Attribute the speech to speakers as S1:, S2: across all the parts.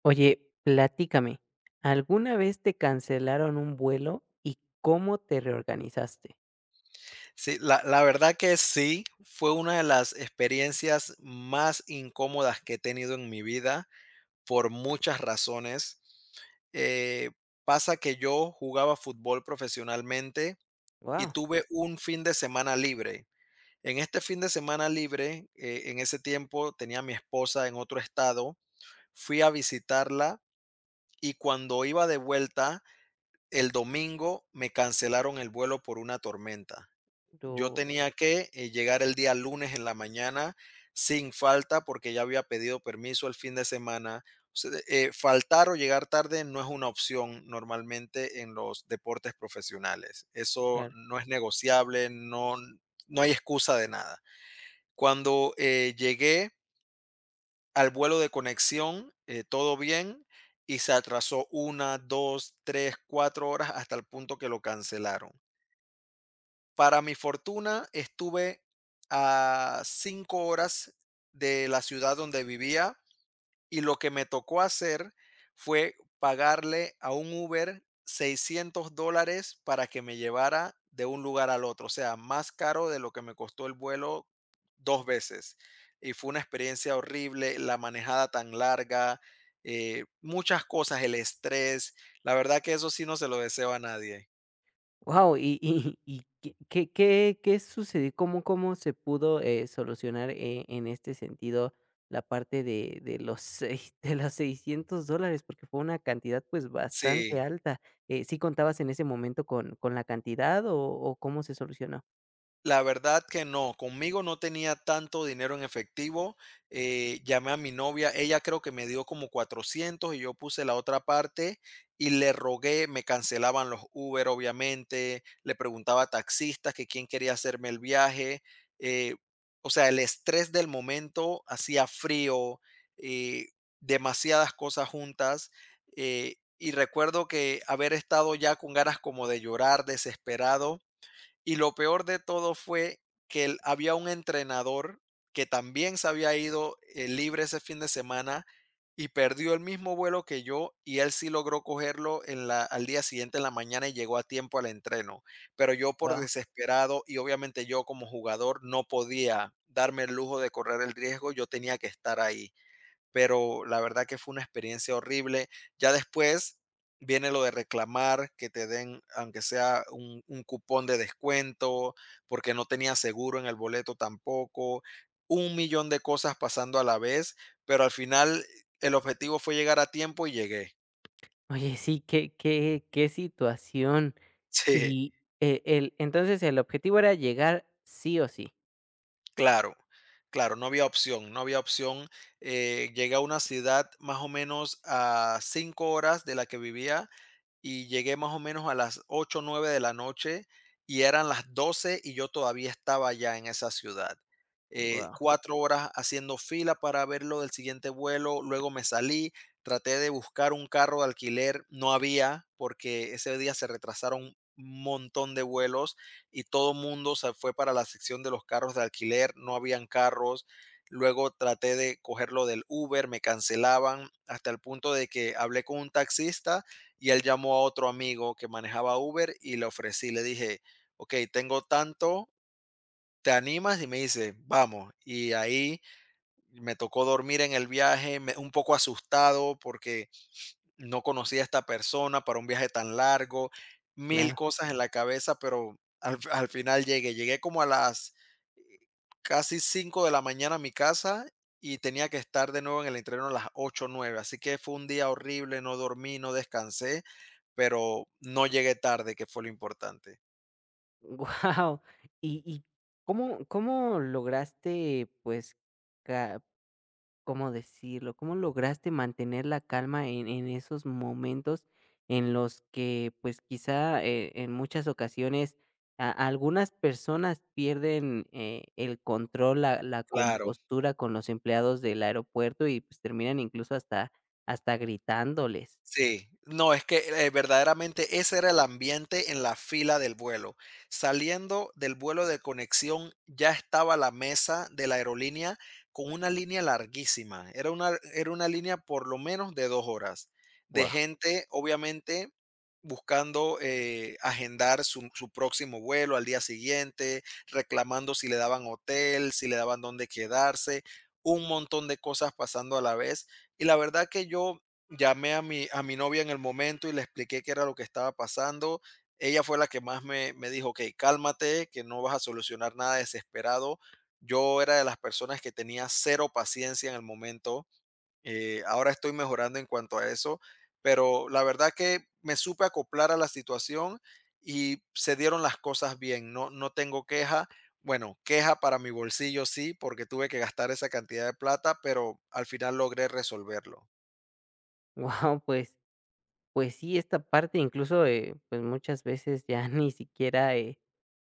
S1: Oye, platícame, ¿alguna vez te cancelaron un vuelo y cómo te reorganizaste?
S2: Sí, la verdad que sí, fue una de las experiencias más incómodas que he tenido en mi vida por muchas razones. Eh, Pasa que yo jugaba fútbol profesionalmente y
S1: Wow.
S2: tuve un fin de semana libre. En este fin de semana libre, en ese tiempo tenía a mi esposa en otro estado, fui a visitarla y cuando iba de vuelta, el domingo me cancelaron el vuelo por una tormenta. Yo
S1: Lo
S2: tenía que llegar el día lunes en la mañana sin falta porque ya había pedido permiso el fin de semana. O sea, faltar o llegar tarde no es una opción normalmente en los deportes profesionales. Eso
S1: claro.
S2: no es negociable, no, no hay excusa de nada. Cuando llegué al vuelo de conexión, todo bien, y se atrasó una, dos, tres, cuatro horas hasta el punto que lo cancelaron. Para mi fortuna, estuve a 5 horas de la ciudad donde vivía y lo que me tocó hacer fue pagarle a un Uber $600 para que me llevara de un lugar al otro, o sea, más caro de lo que me costó el vuelo dos veces. Y fue una experiencia horrible, la manejada tan larga, muchas cosas, el estrés. La verdad que eso sí no se lo deseo a nadie.
S1: Y, ¿qué sucedió? ¿Cómo cómo se pudo, solucionar, en este sentido, la parte de los seis de los $600? Porque fue una cantidad, pues, bastante
S2: Sí.
S1: alta, ¿sí contabas en ese momento con la cantidad o cómo se solucionó?
S2: La verdad que no, conmigo no tenía tanto dinero en efectivo, llamé a mi novia, ella creo que me dio como 400 y yo puse la otra parte y le rogué, me cancelaban los Uber obviamente, le preguntaba a taxistas que quién quería hacerme el viaje, eh, o sea, el estrés del momento, hacía frío, eh, demasiadas cosas juntas, y recuerdo que haber estado ya con ganas como de llorar, desesperado. Y lo peor de todo fue que había un entrenador que también se había ido libre ese fin de semana y perdió el mismo vuelo que yo, y él sí logró cogerlo al día siguiente en la mañana y llegó a tiempo al entreno. Pero yo por
S1: Wow.
S2: desesperado y obviamente yo como jugador no podía darme el lujo de correr el riesgo, yo tenía que estar ahí, pero la verdad que fue una experiencia horrible. Ya después viene lo de reclamar, que te den, aunque sea un cupón de descuento, porque no tenía seguro en el boleto tampoco, un millón de cosas pasando a la vez, pero al final el objetivo fue llegar a tiempo y llegué.
S1: Oye, sí, qué situación.
S2: Sí,
S1: Y el entonces el objetivo era llegar sí o sí.
S2: claro, claro, no había opción, no había opción. Llegué a una ciudad más o menos a 5 horas de la que vivía y llegué más o menos a las 8 o 9 de la noche, y eran las 12 y yo todavía estaba ya en esa ciudad.
S1: Wow,
S2: Cuatro horas haciendo fila para ver lo del siguiente vuelo, luego me salí, traté de buscar un carro de alquiler, no había porque ese día se retrasaron un montón de vuelos y todo mundo se fue para la sección de los carros de alquiler, no habían carros. Luego traté de cogerlo del Uber, me cancelaban hasta el punto de que hablé con un taxista y él llamó a otro amigo que manejaba Uber, y le ofrecí, le dije, ok, tengo tanto, ¿te animas? Y me dice, vamos. Y ahí me tocó dormir en el viaje, un poco asustado porque no conocía a esta persona para un viaje tan largo, mil
S1: claro.
S2: cosas en la cabeza, pero al final llegué, llegué como a las eh, casi 5 de la mañana a mi casa, y tenía que estar de nuevo en el entreno a las 8 o 9, así que fue un día horrible, no dormí, no descansé, pero no llegué tarde, que fue lo importante.
S1: Wow. ¿Y cómo lograste, pues, ca ¿cómo decirlo? ¿Cómo lograste mantener la calma en esos momentos en los que, pues, quizá, en muchas ocasiones a algunas personas pierden, el control, la
S2: Claro.
S1: compostura con los empleados del aeropuerto y, pues, terminan incluso hasta gritándoles?
S2: Sí, no, es que, verdaderamente ese era el ambiente en la fila del vuelo. Saliendo del vuelo de conexión, ya estaba la mesa de la aerolínea con una línea larguísima. Era una línea por lo menos de 2 horas, de
S1: Wow.
S2: gente, obviamente, buscando, agendar su próximo vuelo al día siguiente, reclamando si le daban hotel, si le daban dónde quedarse, un montón de cosas pasando a la vez. Y la verdad que yo llamé a mi novia en el momento y le expliqué qué era lo que estaba pasando. Ella fue la que más me dijo: "Okey, cálmate, que no vas a solucionar nada desesperado". Yo era de las personas que tenía cero paciencia en el momento, ahora estoy mejorando en cuanto a eso, pero la verdad que me supe acoplar a la situación y se dieron las cosas bien, no tengo queja. Bueno, queja para mi bolsillo sí, porque tuve que gastar esa cantidad de plata, pero al final logré resolverlo.
S1: Wow, pues pues sí, esta parte incluso, pues muchas veces ya ni siquiera,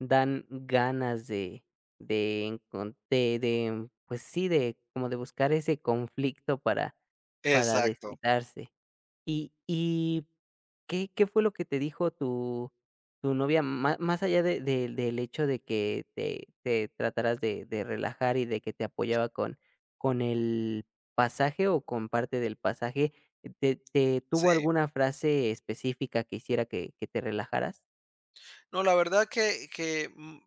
S1: dan ganas de encon de, pues sí, de como de buscar ese conflicto para
S2: Exacto.
S1: desquitarse. ¿Y qué fue lo que te dijo tu novia? Má Más allá de del hecho de que te trataras de relajar y de que te apoyaba con el pasaje o con parte del pasaje, ¿te
S2: Sí.
S1: tuvo alguna frase específica que hiciera que te relajaras?
S2: No, la verdad que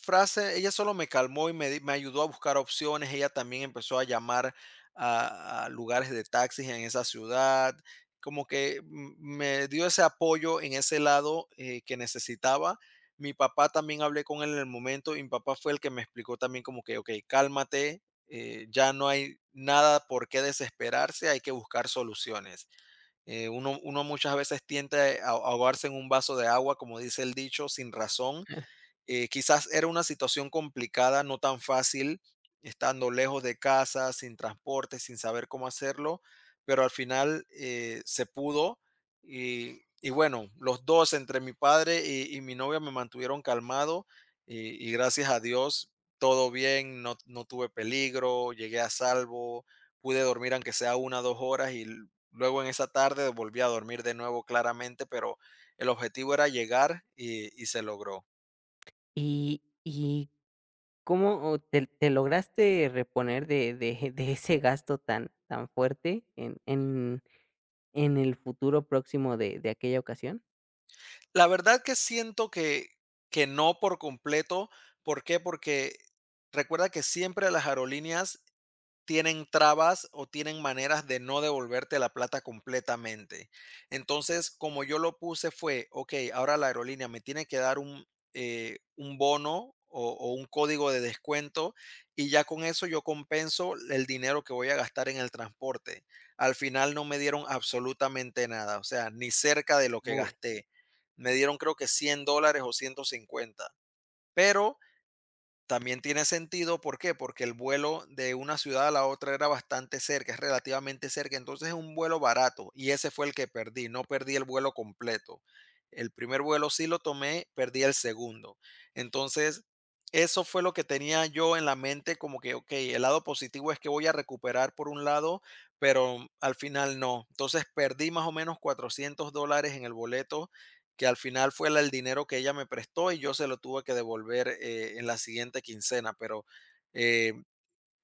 S2: frase, ella solo me calmó y me ayudó a buscar opciones. Ella también empezó a llamar a lugares de taxis en esa ciudad, como que m me dio ese apoyo en ese lado, que necesitaba. Mi papá también, hablé con él en el momento, y mi papá fue el que me explicó también como que: "Okey, cálmate, ya no hay nada por qué desesperarse, hay que buscar soluciones". Uno muchas veces tiende a ahogarse en un vaso de agua, como dice el dicho, sin razón. Quizás era una situación complicada, no tan fácil, estando lejos de casa, sin transporte, sin saber cómo hacerlo, pero al final se pudo. Y bueno, los dos, entre mi padre y mi novia, me mantuvieron calmado, y gracias a Dios, todo bien, no, no tuve peligro, llegué a salvo, pude dormir aunque sea una o dos horas y luego en esa tarde volví a dormir de nuevo claramente, pero el objetivo era llegar y se logró.
S1: ¿Y cómo o te lograste reponer de de ese gasto tan tan fuerte en en el futuro próximo de aquella ocasión?
S2: La verdad que siento que no por completo. ¿Por qué? Porque recuerda que siempre las aerolíneas tienen trabas o tienen maneras de no devolverte la plata completamente. Entonces, como yo lo puse fue, ok, ahora la aerolínea me tiene que dar un bono o un código de descuento, y ya con eso yo compenso el dinero que voy a gastar en el transporte. Al final no me dieron absolutamente nada, o sea, ni cerca de lo que
S1: Wow.
S2: gasté. Me dieron creo que $100 o 150, pero también tiene sentido. ¿Por qué? Porque el vuelo de una ciudad a la otra era bastante cerca, es relativamente cerca, entonces es un vuelo barato, y ese fue el que perdí, no perdí el vuelo completo. El primer vuelo sí lo tomé, perdí el segundo. Entonces, eso fue lo que tenía yo en la mente, como que, ok, el lado positivo es que voy a recuperar por un lado, pero al final no. Entonces perdí más o menos $400 en el boleto, que al final fue el dinero que ella me prestó y yo se lo tuve que devolver en la siguiente quincena, pero eh,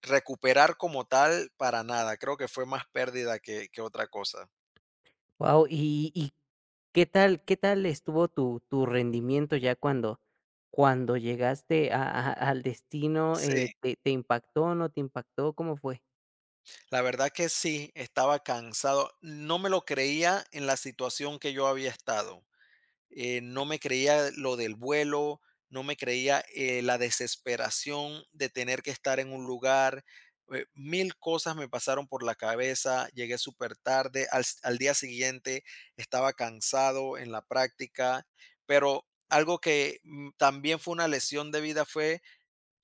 S2: recuperar como tal, para nada, creo que fue más pérdida que otra cosa.
S1: ¿Y y qué tal estuvo tu rendimiento ya cuando llegaste a al destino?
S2: Sí,
S1: ¿Te impactó, no te impactó? ¿Cómo fue?
S2: la verdad que sí, estaba cansado, no me lo creía en la situación que yo había estado. No me creía lo del vuelo, no me creía la desesperación de tener que estar en un lugar. Mil cosas me pasaron por la cabeza, llegué súper tarde, al día siguiente estaba cansado en la práctica, pero algo que también fue una lesión de vida fue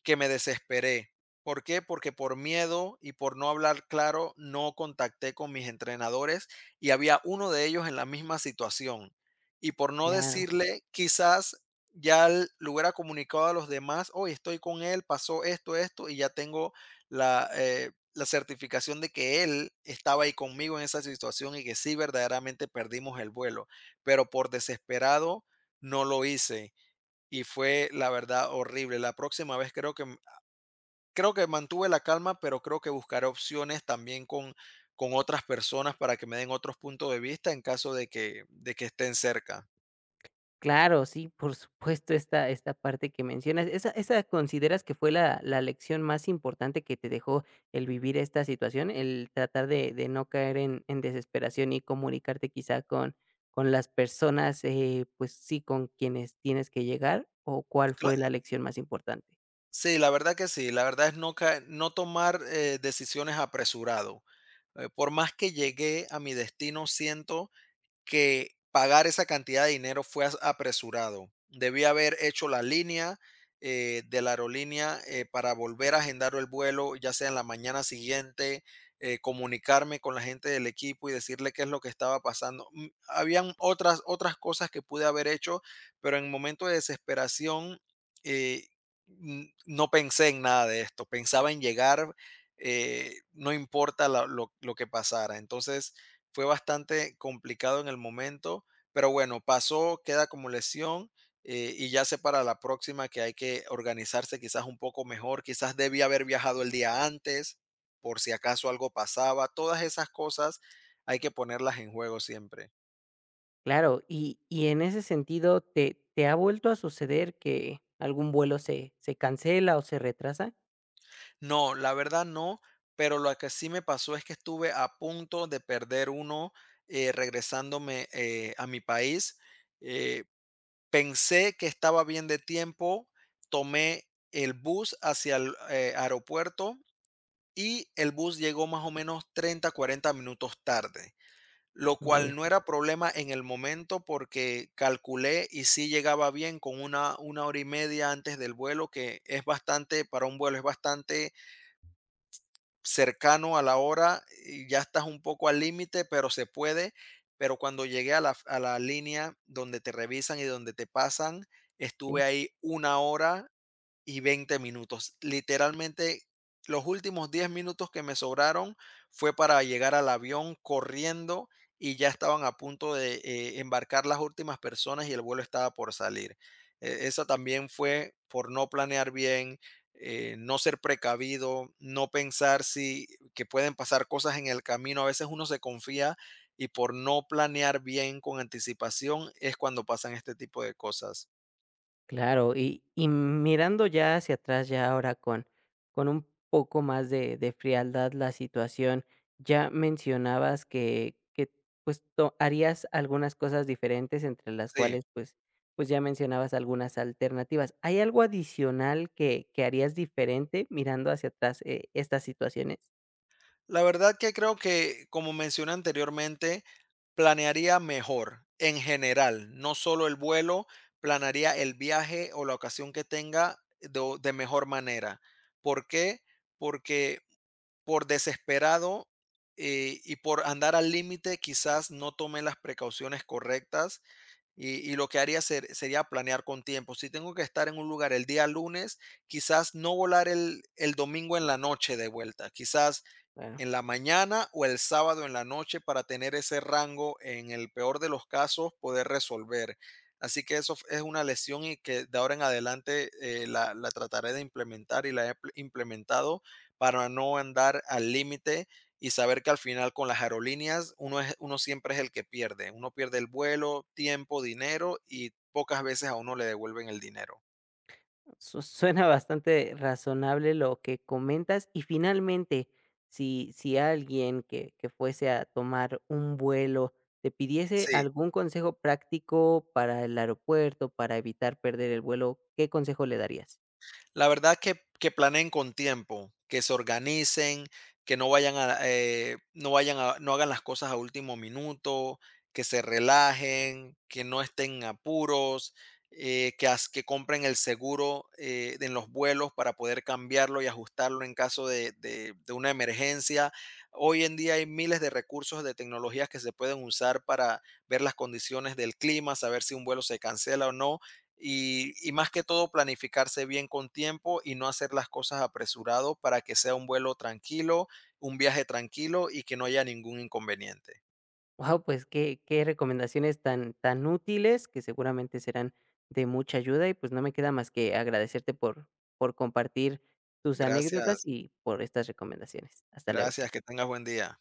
S2: que me desesperé. ¿Por qué? Porque por miedo y por no hablar claro, no contacté con mis entrenadores, y había uno de ellos en la misma situación. Y por no
S1: Claro.
S2: decirle, quizás ya le hubiera comunicado a los demás, hoy estoy con él, pasó esto, esto, y ya tengo la certificación de que él estaba ahí conmigo en esa situación y que sí, verdaderamente perdimos el vuelo. Pero por desesperado, no lo hice, y fue la verdad horrible. La próxima vez creo que mantuve la calma, pero creo que buscaré opciones también con otras personas para que me den otros puntos de vista en caso de que estén cerca.
S1: Claro, sí, por supuesto, esta parte que mencionas, ¿esa consideras que fue la lección más importante que te dejó el vivir esta situación, el tratar de no caer en desesperación y comunicarte quizá con las personas, pues sí, con quienes tienes que llegar, o cuál
S2: Cla-
S1: fue la lección más importante?
S2: Sí, la verdad que sí. La verdad es no, no tomar decisiones apresurado. Por más que llegué a mi destino, siento que pagar esa cantidad de dinero fue apresurado. Debí haber hecho la línea de la aerolínea para volver a agendar el vuelo, ya sea en la mañana siguiente, comunicarme con la gente del equipo y decirle qué es lo que estaba pasando. Habían otras cosas que pude haber hecho, pero en momento de desesperación eh, no pensé en nada de esto. Pensaba en llegar, no importa lo que pasara. Entonces, fue bastante complicado en el momento, pero bueno, pasó, queda como lesión y ya sé para la próxima que hay que organizarse quizás un poco mejor. Quizás debía haber viajado el día antes por si acaso algo pasaba. Todas esas cosas hay que ponerlas en juego siempre.
S1: Claro, y en ese sentido, ¿te ha vuelto a suceder que algún vuelo se cancela o se retrasa?
S2: No, la verdad no, pero lo que sí me pasó es que estuve a punto de perder uno regresándome a mi país. Eh, Pensé que estaba bien de tiempo, tomé el bus hacia el aeropuerto y el bus llegó más o menos 30, 40 minutos tarde, lo cual
S1: Muy
S2: no era problema en el momento porque calculé y sí llegaba bien con una hora y media antes del vuelo, que es bastante. Para un vuelo es bastante cercano a la hora, y ya estás un poco al límite, pero se puede. Pero cuando llegué a la línea donde te revisan y donde te pasan,
S1: bien.
S2: estuve ahí una hora y 20 minutos. Literalmente, los últimos 10 minutos que me sobraron fue para llegar al avión corriendo, y ya estaban a punto de embarcar las últimas personas y el vuelo estaba por salir. Esa también fue por no planear bien, no ser precavido, no pensar si que pueden pasar cosas en el camino. A veces uno se confía, y por no planear bien con anticipación es cuando pasan este tipo de cosas.
S1: Claro, y mirando ya hacia atrás, ya ahora con un poco más de frialdad la situación, ya mencionabas que, pues, to harías algunas cosas diferentes, entre las
S2: Sí.
S1: cuales, pues, ya mencionabas algunas alternativas, ¿hay algo adicional que harías diferente mirando hacia atrás, estas situaciones?
S2: La verdad que creo que, como mencioné anteriormente, planearía mejor en general, no solo el vuelo. Planearía el viaje o la ocasión que tenga de mejor manera. ¿Por qué? Porque por desesperado y por andar al límite quizás no tome las precauciones correctas, y lo que haría sería planear con tiempo. Si tengo que estar en un lugar el día lunes, quizás no volar el domingo en la noche de vuelta, quizás en la mañana o el sábado en la noche, para tener ese rango, en el peor de los casos, poder resolver. Así que eso es una lesión y que de ahora en adelante la trataré de implementar, y la he implementado para no andar al límite y saber que al final con las aerolíneas uno siempre es el que pierde. Uno pierde el vuelo, tiempo, dinero, y pocas veces a uno le devuelven el dinero.
S1: Su suena bastante razonable lo que comentas. Y finalmente, si alguien que fuese a tomar un vuelo te pidiese
S2: Sí.
S1: algún consejo práctico para el aeropuerto, para evitar perder el vuelo, ¿qué consejo le darías?
S2: La verdad que planeen con tiempo, que se organicen, que no vayan a, no vayan a, no hagan las cosas a último minuto, que se relajen, que no estén en apuros, que, que compren el seguro en los vuelos para poder cambiarlo y ajustarlo en caso de una emergencia. Hoy en día hay miles de recursos de tecnologías que se pueden usar para ver las condiciones del clima, saber si un vuelo se cancela o no, y más que todo planificarse bien con tiempo y no hacer las cosas apresurado para que sea un vuelo tranquilo, un viaje tranquilo y que no haya ningún inconveniente.
S1: Wow, pues qué qué recomendaciones tan tan útiles que seguramente serán de mucha ayuda y, pues, no me queda más que agradecerte por compartir tus anécdotas
S2: Gracias,
S1: y por estas recomendaciones. Hasta luego.
S2: gracias, que tengas buen día.